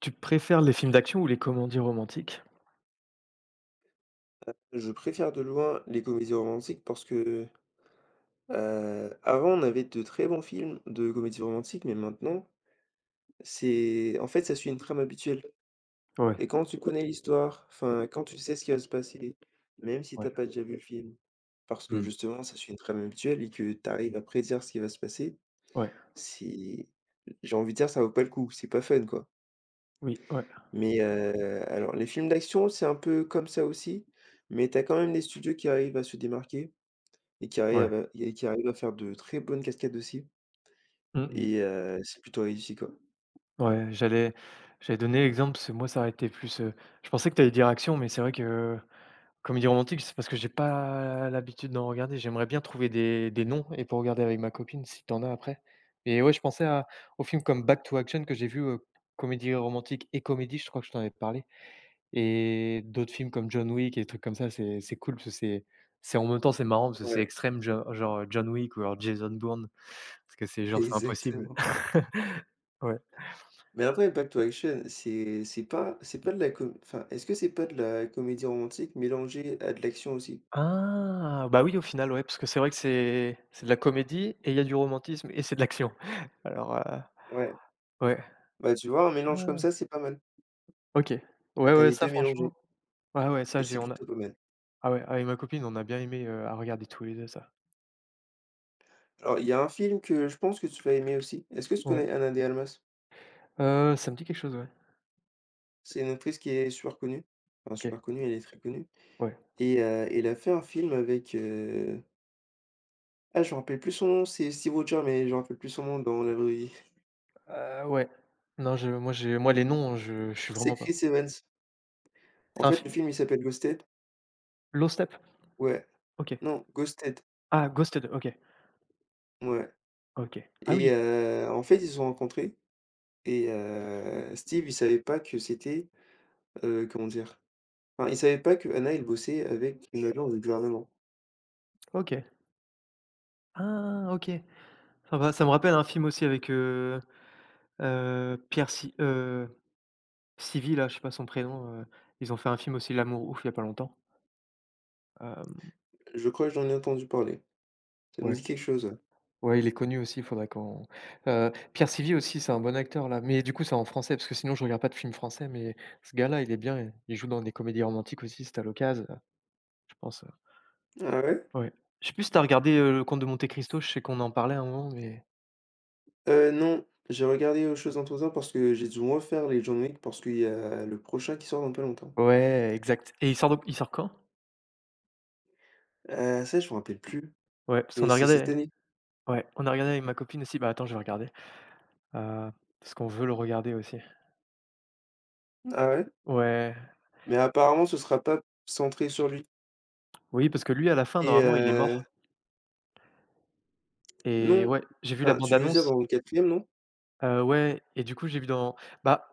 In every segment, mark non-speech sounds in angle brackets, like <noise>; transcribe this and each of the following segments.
Tu préfères les films d'action ou les comédies romantiques? Je préfère de loin les comédies romantiques parce que, avant on avait de très bons films de comédies romantiques, mais maintenant, c'est en fait, ça suit une trame habituelle Ouais, et quand tu connais l'histoire, enfin, quand tu sais ce qui va se passer, même si ouais, t'as pas déjà vu le film, parce que Mmh. justement ça suit une trame habituelle et que tu arrives à prédire ce qui va se passer, Ouais, c'est j'ai envie de dire, ça vaut pas le coup, c'est pas fun, quoi. oui, ouais, Mais, alors les films d'action, c'est un peu comme ça aussi, mais t'as quand même des studios qui arrivent à se démarquer. Et qui arrive ouais. à et qui arrive à faire de très bonnes cascades aussi Mmh mh. et c'est plutôt réussi, quoi. Ouais, j'allais donner l'exemple parce que moi ça aurait été plus, je pensais que tu allais dire action, mais c'est vrai que comédie romantique, c'est parce que j'ai pas l'habitude d'en regarder. J'aimerais bien trouver des noms et pour regarder avec ma copine si t'en as après. Et ouais, je pensais à aux films comme Back to Action que j'ai vu, comédie romantique et comédie, je crois que je t'en avais parlé. Et d'autres films comme John Wick et des trucs comme ça, c'est cool parce que c'est en même temps, c'est marrant parce que c'est Ouais, extrême, genre John Wick ou alors Jason Bourne parce que c'est <laughs> genre, c'est impossible. exactement. <laughs> Ouais. Mais après back to Action, c'est pas de la com enfin, est-ce que c'est pas de la comédie romantique mélangée à de l'action aussi? Ah! Bah, oui, au final, ouais, parce que c'est vrai que c'est de la comédie et il y a du romantisme et c'est de l'action. <laughs> Alors, Ouais, ouais. bah, tu vois, un mélange comme Ah! ça, c'est pas mal. OK. Bah, Ouais, tu ouais, les ça 2 mélangés franchement, ouais, ouais, ça et j'ai c'est on a, plutôt pas mal. ah ouais, avec ma copine, on a bien aimé, à regarder tous les 2 ça. Alors, il y a un film que je pense que tu vas aimer aussi. Est-ce que tu Ouais. connais Ana de Armas? Ça me dit quelque chose, ouais. C'est une actrice qui est super connue. Enfin, OK, super connue, elle est très connue. ouais. Et elle a fait un film avec, ah, je me rappelle plus son nom, c'est Steve Rogers, mais je me rappelle plus son nom dans la vraie vie. <laughs> Ouais. Non, je moi j'ai moi les noms, je suis C'est vraiment pas. Chris Evans. En C'est un fait, fi le film, il s'appelle Ghosted. Low Step? Ouais. OK. Non, Ghosted. Ah, Ghosted, OK. Ouais. OK. Ah Et oui, en fait, ils se sont rencontrés. Et Steve, il savait pas que c'était, comment dire? Enfin, il savait pas que Anna, elle bossait avec une agence du gouvernement. OK. Ah OK. Ça va, ça me rappelle un film aussi avec, Pierre Si Civil là, je sais pas son prénom, ils ont fait un film aussi, L'amour ouf, il y a pas longtemps. Hem, Je crois que j'en ai entendu parler. Ça me ouais, dit quelque chose, ouais. ouais, il est connu aussi, il faudrait qu'on, Pierre Civil aussi, c'est un bon acteur là, mais du coup, c'est en français parce que sinon je regarde pas de films français, mais ce gars-là, il est bien, il joue dans des comédies romantiques aussi, si tu as l'occase, je pense, Ah ouais? ouais. Je sais plus si tu as regardé, Le Comte de Monte Cristo, je sais qu'on en parlait à un moment, mais. Non, j'ai regardé «Aux choses imposantes» parce que j'ai dû me refaire les John Wick parce qu'il y a le prochain qui sort dans pas longtemps. Ouais, exact, et il sort, donc il sort quand? Ça, je me rappelle plus, Ouais, parce mais qu'on a c'est regardé, cette année. ouais, on a regardé avec ma copine aussi. Bah, attends, je vais regarder, heu, parce qu'on veut le regarder aussi. Ah ouais? Ouais, Mais apparemment, ce sera pas centré sur lui oui, parce que lui, à la fin, et normalement, il est mort et non, ouais, j'ai vu la enfin, tu veux dire bande-annonce, dans le quatrième non? Ouais et du coup, j'ai vu dans, bah,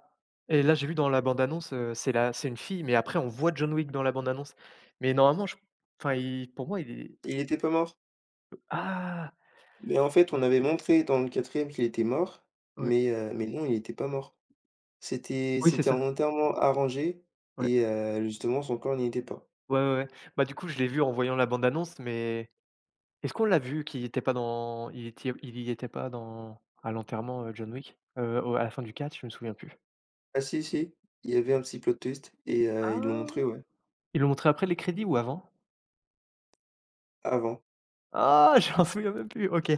et là, j'ai vu dans la bande-annonce, c'est une fille, mais après on voit John Wick dans la bande-annonce, mais normalement, je, enfin, il, pour moi, il est. Il était pas mort? Ah! Mais en fait, on avait montré dans le quatrième qu'il était mort, Ouais, mais non, il était pas mort. C'était oui, c'est c'était ça, un enterrement arrangé ouais, et justement, son corps n'y était pas. ouais, ouais, ouais. Bah, du coup, je l'ai vu en voyant la bande-annonce, mais. Est-ce qu'on l'a vu qu'il était pas dans, il était, il y était pas dans, à l'enterrement, John Wick? Au À la fin du 4, je me souviens plus. Ah si, si, il y avait un petit plot twist et ils l'ont Ah! montré, ouais, Ils l'ont montré après les crédits ou avant? avant. <laughs> Ah! <laughs> Je m'en souviens même plus, OK.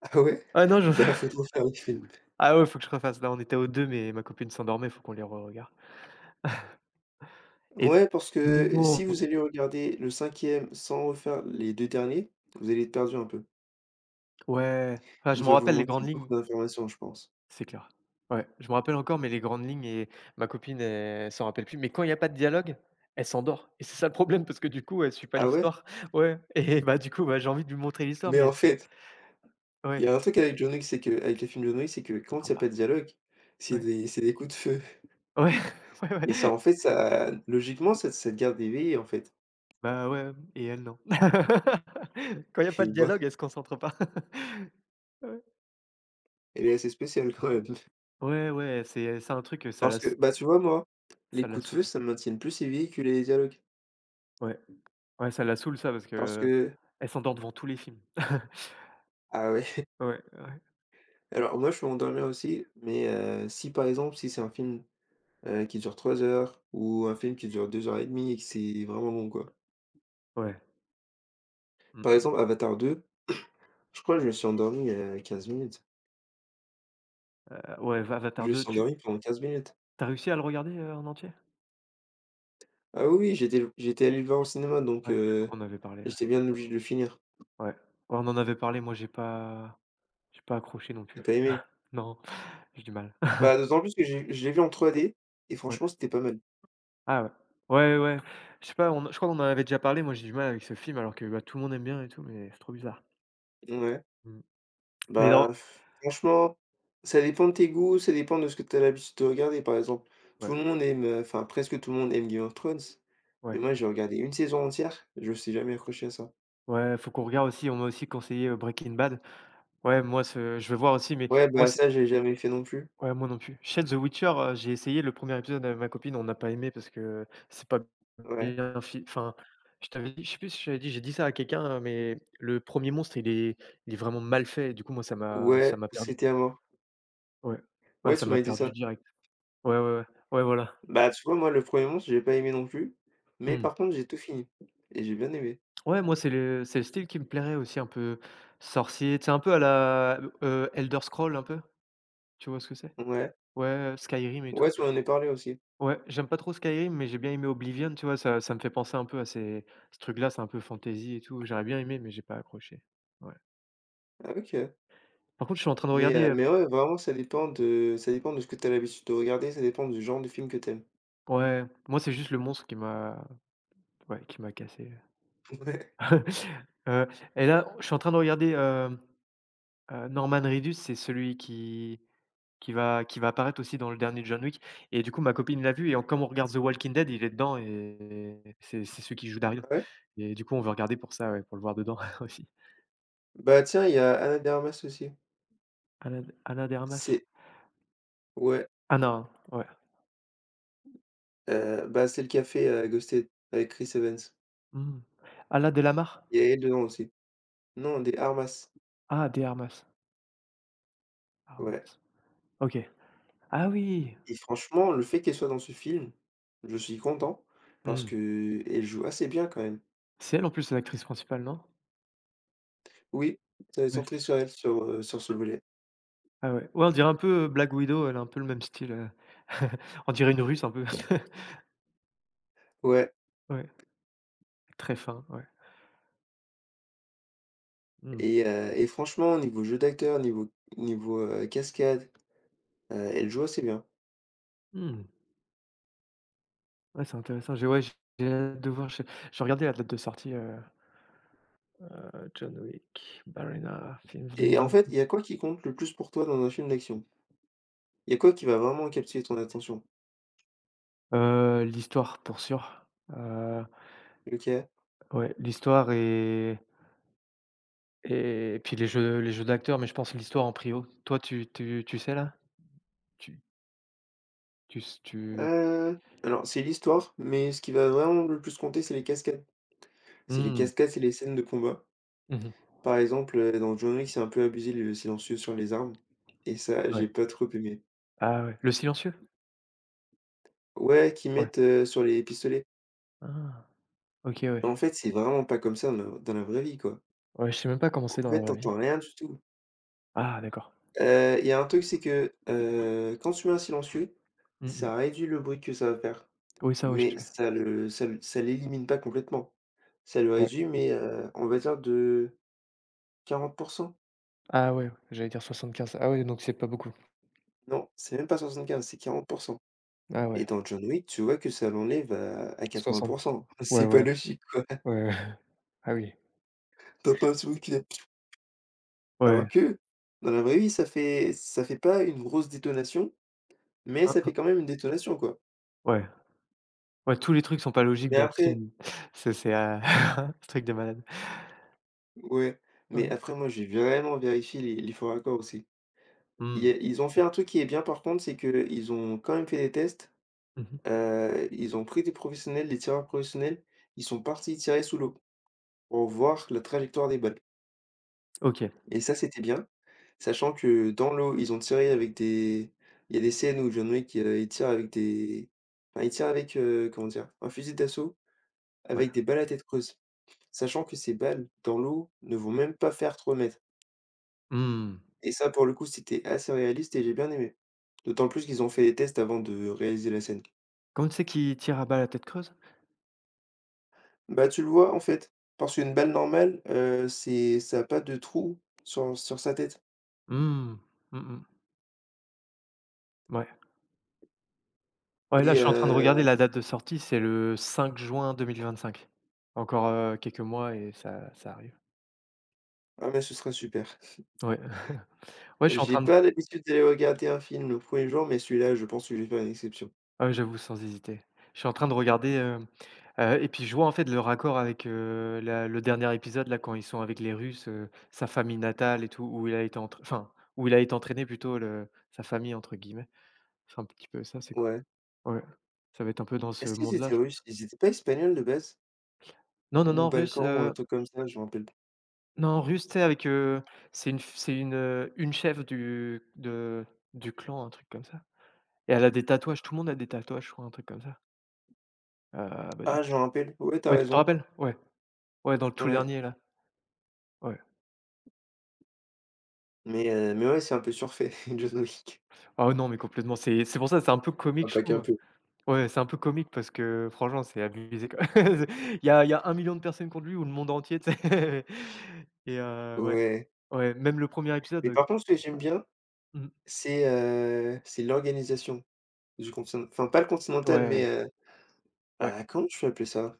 Ah ouais? Ah non, je Bah, <laughs> faudra faire le film. ah ouais, faut que je refasse. Là, on était au 2 mais ma copine s'endormait, faut qu'on les re-regarde et Ouais, parce nous, que si on, vous allez regarder le cinquième sans refaire les 2 derniers, vous allez être perdu un peu. ouais. Enfin, je Il me va vous rappelle les manquer grandes lignes. beaucoup d'informations, je pense. C'est clair. Ouais, je me rappelle encore, mais les grandes lignes et ma copine, elle s'en rappelle plus. Mais quand il y a pas de dialogue, elle s'endort et c'est ça le problème parce que du coup, elle suit pas Ah ouais? l'histoire. <laughs> Ouais et bah, du coup, bah, j'ai envie de lui montrer l'histoire, Mais mais elle en s. fait, il Ouais, y a un truc avec John Wick, c'est que avec les films John Wick, c'est que elle quand il parle y a pas pas. de dialogue, c'est Ouais. des c'est des coups de feu Ouais, <laughs> ouais, et ça, ouais. en fait, ça logiquement, ça te garde éveillé, en fait Bah, ouais et elle non. <laughs> Quand il y a pas et de dialogue, bah, elle se concentre pas. <laughs> Ouais. elle est assez spéciale quand même. Ouais, ouais, c'est un truc, Parce que, bah, tu vois, moi, ça les la coups de feu, saoule. ça me maintiennent plus éveillé que les dialogues Ouais, ouais, ça la saoule ça parce parce que que elle s'endort devant tous les films. <laughs> ah ouais, <laughs> Ouais, ouais, alors moi, je peux m'endormir aussi, mais si, par exemple, si c'est un film qui dure 3 heures ou un film qui dure 2 heures et demie et que c'est vraiment long, quoi. ouais. Mmh Par mh. exemple, Avatar deux, je crois que je me suis endormi à 15 minutes. Ouais, Je Avatar me deux. suis Tu endormi pendant 15 minutes. T'as réussi à le regarder, en entier? Ah oui, oui, j'étais allé le voir au cinéma donc Ouais, je crois qu'on en avait parlé, ouais. j'étais bien obligé de le finir. Ouais. Ouais, on en avait parlé, moi j'ai pas accroché non T'as plus. pas aimé? Non, <laughs> j'ai du mal. Bah, d'autant plus que j'ai je l'ai vu en 3D et Ouais. franchement, c'était pas mal. Ah ouais. Ouais, ouais. Je sais pas, on je crois qu'on en avait déjà parlé, moi j'ai du mal avec ce film alors que, bah, tout le monde aime bien et tout, mais c'est trop bizarre. Ouais. Mmh. Mais non, Bah, franchement, ça dépend de tes goûts, ça dépend de ce que tu as l'habitude de regarder. Par exemple, tout ouais, le monde aime, enfin, presque tout le monde aime Game of Thrones, mais ouais, moi, j'ai regardé une saison entière, je me suis jamais accroché à ça. ouais, faut qu'on regarde aussi, on m'a aussi conseillé, Breaking Bad. Ouais, moi ce je vais voir aussi, mais Ouais, moi bah, c'est. ça, j'ai jamais fait non plus. Ouais, moi non plus. Je sais, The Witcher, j'ai essayé le premier épisode avec ma copine, on n'a pas aimé parce que c'est pas Ouais, bien fi enfin, je t'avais dit, je sais plus si je t'avais dit, j'ai dit ça à quelqu'un, hein, mais le premier monstre, il est vraiment mal fait du coup, moi, ça m'a ça ouais, m'a perdu. c'était à mort. Ouais. Ouais, Ouais, ça tu m'a m'avais dit perdu ça. direct. Ouais, ouais, ouais. Ouais, voilà. Bah, tu vois, moi, le premier er monstre, j'ai pas aimé non plus, mais Mmh. par contre, j'ai tout fini et j'ai bien aimé. Ouais, moi, c'est le style qui me plairait aussi un peu, sorcier, c'est un peu à la, Elder scroll un peu, tu vois ce que c'est? Ouais, Ouais, Skyrim et ouais, tout. tu m'en as parlé aussi. Ouais, j'aime pas trop Skyrim, mais j'ai bien aimé Oblivion, tu vois? Ça me fait penser un peu à ces ce truc-là, c'est un peu fantasy et tout. J'aurais bien aimé, mais j'ai pas accroché. Ouais. Ah, OK. Par contre, je suis en train de Mais regarder, heu, mais ouais, vraiment, ça dépend de ce que tu as l'habitude de regarder, ça dépend du genre de film que t'aimes. ouais, moi, c'est juste le monstre qui m'a, ouais, qui m'a cassé. <laughs> Ouais, <laughs> Heu et là, je suis en train de regarder, Norman Reedus, c'est celui qui, qui va apparaître aussi dans le dernier John Wick et du coup, ma copine l'a vu et en comme on regarde The Walking Dead, il est dedans et c'est celui qui joue Daryl ouais. et du coup, on veut regarder pour ça, ouais, pour le voir dedans <laughs> aussi. Bah, tiens, il y a Ana de Armas aussi. Ana de Armas. C'est ouais, Ah non, ouais. Bah, celle qui a fait, Ghosted avec Chris Evans. Mmh. Ah, là, Delamare? Il y a elle dedans aussi. Non, des Armas. Ah, des Armas. Ouais. Armas. OK. Ah oui! Et franchement, le fait qu'elle soit dans ce film, je suis content parce Mmh. que elle joue assez bien quand même. C'est elle, en plus, c'est l'actrice principale, non? Oui, ça va être Ouais, c'est centré ça. sur elle, sur, sur ce volet. Ah ouais. Ouais, on dirait un peu, Black Widow, elle a un peu le même style, <laughs> on dirait une Russe un peu. <laughs> Ouais, Ouais, très fin, ouais. Mmh. et franchement, niveau jeu d'acteur, niveau, cascade, elle joue assez bien Mmh. Ouais, c'est intéressant. J'ai ouais, j'ai hâte de voir. J'ai regardé la date de sortie, John Wick, Ballerina, film et en fait, 2025. il y a quoi qui compte le plus pour toi dans un film d'action? Il y a quoi qui va vraiment captiver ton attention? L'histoire pour sûr. Heu, OK. ouais, l'histoire et. Et puis les jeux d'acteurs, mais je pense l'histoire en prio. Toi, tu sais là? Tu tu s tu Alors c'est l'histoire, mais ce qui va vraiment le plus compter, c'est les cascades. C'est les Mmh. cascades, c'est les scènes de combat. Mmh. Par exemple, dans John Wick, c'est un peu abusé le silencieux sur les armes et ça, j'ai Ouais. pas trop aimé. Ah ouais. Le silencieux? Ouais, qu'ils Ouais. mettent, sur les pistolets. Ah! OK, ouais. En fait, c'est vraiment pas comme ça dans la vraie vie, quoi. Ouais, je sais même pas comment c'est En dans la fait, tu vraie vie. entends rien du tout. Ah d'accord. Il y a un truc, c'est que, quand tu mets un silencieux, Mmh mh. ça réduit le bruit que ça va faire, Oui, ça, ouais, mais je sais. ça l'élimine pas complètement. Ça le Ouais. réduit, mais, on va dire de 40. Ah ouais, j'allais dire 75. Ah ouais, donc c'est pas beaucoup. Non, c'est même pas 75, c'est 40. Ah Et ouais, dans John Wick, tu vois que ça l'enlève à 80. 60. <laughs> Ouais, C'est pas voilà. logique, quoi. <laughs> Ouais, <laughs> Ah oui. T'entends un son clap alors Ouais. que dans la vraie vie, ça fait pas une grosse détonation, mais Hein, ça hein. fait quand même une détonation, quoi. Ouais. Ouais, tous les trucs sont pas logiques Mais dans le après film. <laughs> C'est <laughs> un truc de malade. ouais, mais Ouais. après moi, j'ai vraiment vérifié les faux raccords aussi. Il y Mmh. a ils ont fait un truc qui est bien par contre, c'est que ils ont quand même fait des tests, Mmh. Ils ont pris des professionnels, des tireurs professionnels, ils sont partis tirer sous l'eau pour voir la trajectoire des balles. OK. Et ça, c'était bien, sachant que dans l'eau, ils ont tiré avec des il y a des scènes où John Wick, il y en a qui, tirent avec des enfin, ils tirent avec, comment dire? Un fusil d'assaut Ouais. avec des balles à tête creuse, sachant que ces balles, dans l'eau, ne vont même pas faire 3 mètres Mmh. et ça, pour le coup, c'était assez réaliste et j'ai bien aimé. D'autant plus qu'ils ont fait les tests avant de réaliser la scène. Comment tu sais qu'il tire à balles à tête creuse? Bah, tu le vois, en fait, parce qu'une balle normale, c'est ça a pas de trou sur sa tête Mmh. Mmh mh. Ouais. Ouais, là, et je suis en train de regarder la date de sortie, c'est le 5 juin 2025. Encore, quelques mois et ça arrive. ah mais ce serait super. Ouais. Ouais, je suis en J'ai train de, pas l'habitude d'aller regarder un film le premier jour, mais celui-là, je pense que je vais faire une exception. ah ouais, j'avoue, sans hésiter. Je suis en train de regarder, et puis je vois, en fait, le raccord avec, la le dernier épisode, là, quand ils sont avec les Russes, sa famille natale et tout, où il a été entrain enfin, où il a été entraîné plutôt, le «sa famille» entre guillemets. C'est un petit peu ça, c'est cool. Ouais. Ouais. Ça va être un peu dans ce Est-ce qu'ils monde-là, étaient je russes? pense. Ils étaient pas espagnols de base? Non, non, Ou non, russe, balkans ou un truc comme ça, je me rappelle pas. Non, en russe, tu sais, avec, c'est une f c'est une chef du clan, un truc comme ça et elle a des tatouages, tout le monde a des tatouages, je crois, un truc comme ça. Bah, du Ah, coup, je je, me rappelle, ouais, t'as ouais, tu te raison, rappelles? Ouais, ouais, dans le tout ouais. dernier, là. Ouais. Mais ouais, c'est un peu surfait, <laughs> John Wick. Ah ouais, non, mais complètement, c'est pour ça, c'est un peu Enfin, comique, je pas qu'un trouve. peu. Ouais, c'est un peu comique parce que franchement, c'est abusé, quoi. <laughs> Il y a 1 million de personnes contre lui ou le monde entier, tu sais. <laughs> et ouais, Ouais. ouais, même le premier épisode, Mais par contre, ce que j'aime bien, mmh, c'est l'organisation du continent. Enfin, pas le continental, mais, ouais, ouais, ah, comment je peux appeler ça?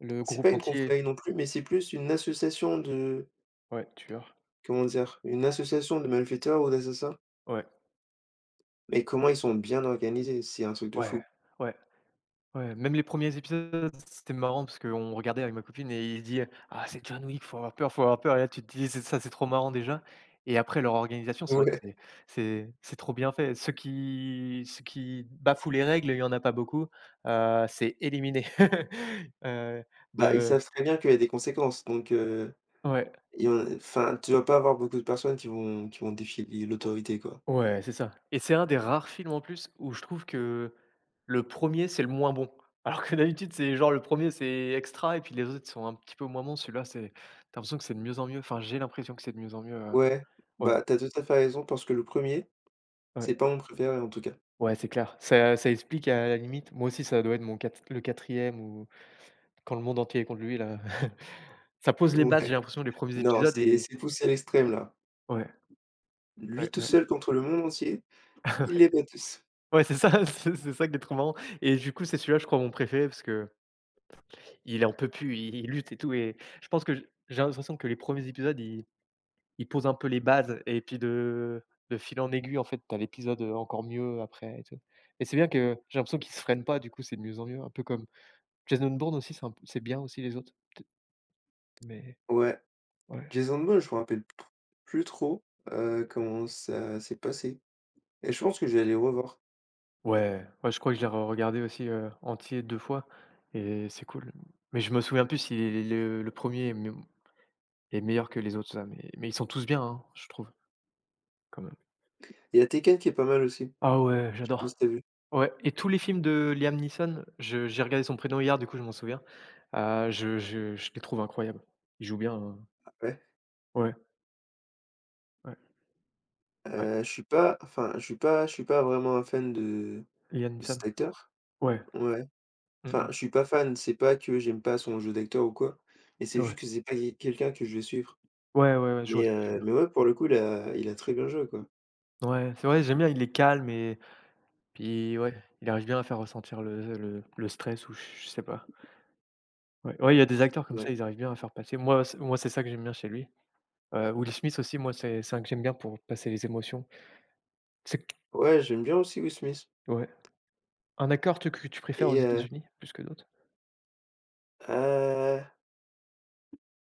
le C'est groupe pas une entier, confrérie non plus, mais c'est plus une association de ouais, tueur, comment dire? Une association de malfaiteurs ou d'assassins. ouais, Mais comment ils sont bien organisés, c'est un truc de ouais, fou. ouais. Ouais, même les premiers épisodes, c'était marrant parce qu'on regardait avec ma copine et il dit: «Ah, c'est John Wick, faut avoir peur» et là tu te dis: «C'est ça, c'est trop marrant déjà» et après leur organisation, c'est vrai que Ouais. c'est trop bien fait. Ceux qui bafouent les règles, il y en a pas beaucoup, c'est éliminé, <laughs> heu, Bah, ils de. savent très bien qu'il y a des conséquences, donc Ouais. il y en a- enfin, tu dois pas avoir beaucoup de personnes qui vont défier l'autorité, quoi. Ouais, c'est ça et c'est un des rares films en plus où je trouve que le premier, c'est le moins bon. <laughs> Alors que d'habitude c'est genre le premier c'est extra et puis les autres sont un petit peu moins bons. Celui-là c'est, tu l'impression que c'est de mieux en mieux, enfin j'ai l'impression que c'est de mieux en mieux, Ouais, ouais, bah, t'as tout à fait raison parce que le premier, ouais, c'est pas mon préféré en tout cas. ouais c'est clair. Ça explique à la limite, moi aussi ça doit être mon quat le quatrième ou quand le monde entier est contre lui là. <laughs> Ça pose les bases, Ouais. j'ai l'impression, les premiers Non, épisodes c'est et, c'est poussé à l'extrême là. ouais, Lui ouais, tout ouais. seul contre le monde entier, il <laughs> les bat tous. Ouais c'est ça, <laughs> c'est ça qui est trop marrant et du coup c'est celui-là je crois mon préféré parce que. Il en peut plus, il lutte et tout et je pense que j'ai l'impression que les premiers épisodes, ils posent un peu les bases et puis de fil en aiguille, en fait, t'as l'épisode, encore mieux après et tout et c'est bien que j'ai l'impression qu'ils se freinent pas, du coup, c'est de mieux en mieux, un peu comme Jason Bourne aussi, c'est un p c'est bien aussi les autres, peut, mais Ouais. ouais. Jason Ball, je me rappelle p plus trop, comment ça s'est passé et je pense que je vais aller revoir. Ouais, ouais, je crois que je l'ai re-regardé aussi, entier 2 fois et c'est cool, mais je me souviens plus si le 1er est meilleur que les autres, ça, mais ils sont tous bien, hein, je trouve, quand même. Il y a Tekken qui est pas mal aussi. Ah ouais, Je sais pas j'adore. si tu vu? Ouais et tous les films de Liam Neeson, je j'ai regardé son prénom hier, du coup je m'en souviens. Je les trouve incroyables. Il joue bien, hein. Ouais, Ouais, ouais, ouais. Je suis pas enfin, je suis pas vraiment un fan de Liam Neeson. cet acteur. Ouais. Ouais. Mmh Enfin, mh. je suis pas fan, c'est pas que j'aime pas son jeu d'acteur ou quoi, mais c'est Ouais. juste que c'est pas quelqu'un que je vais suivre. Ouais, ouais, ouais, je vois Mais ce que tu heu, veux mais dire. ouais, pour le coup, il a très bien joué, quoi. Ouais, c'est vrai, j'aime bien, il est calme et puis ouais, il arrive bien à faire ressentir le stress ou je sais pas. Ouais, ouais, il y a des acteurs comme Ouais. ça, ils arrivent bien à faire passer. Moi, c'est, moi, c'est ça que j'aime bien chez lui. Will Smith aussi, moi, c'est un que j'aime bien pour passer les émotions. C'est, Ouais, j'aime bien aussi Will Smith ouais. Un acteur, toi, que tu préfères aux et États-Unis plus que d'autres? heu,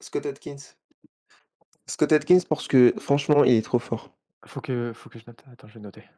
Scott Adkins. Scott Adkins parce que franchement, il est trop fort. Faut que je note. Attends, je vais noter.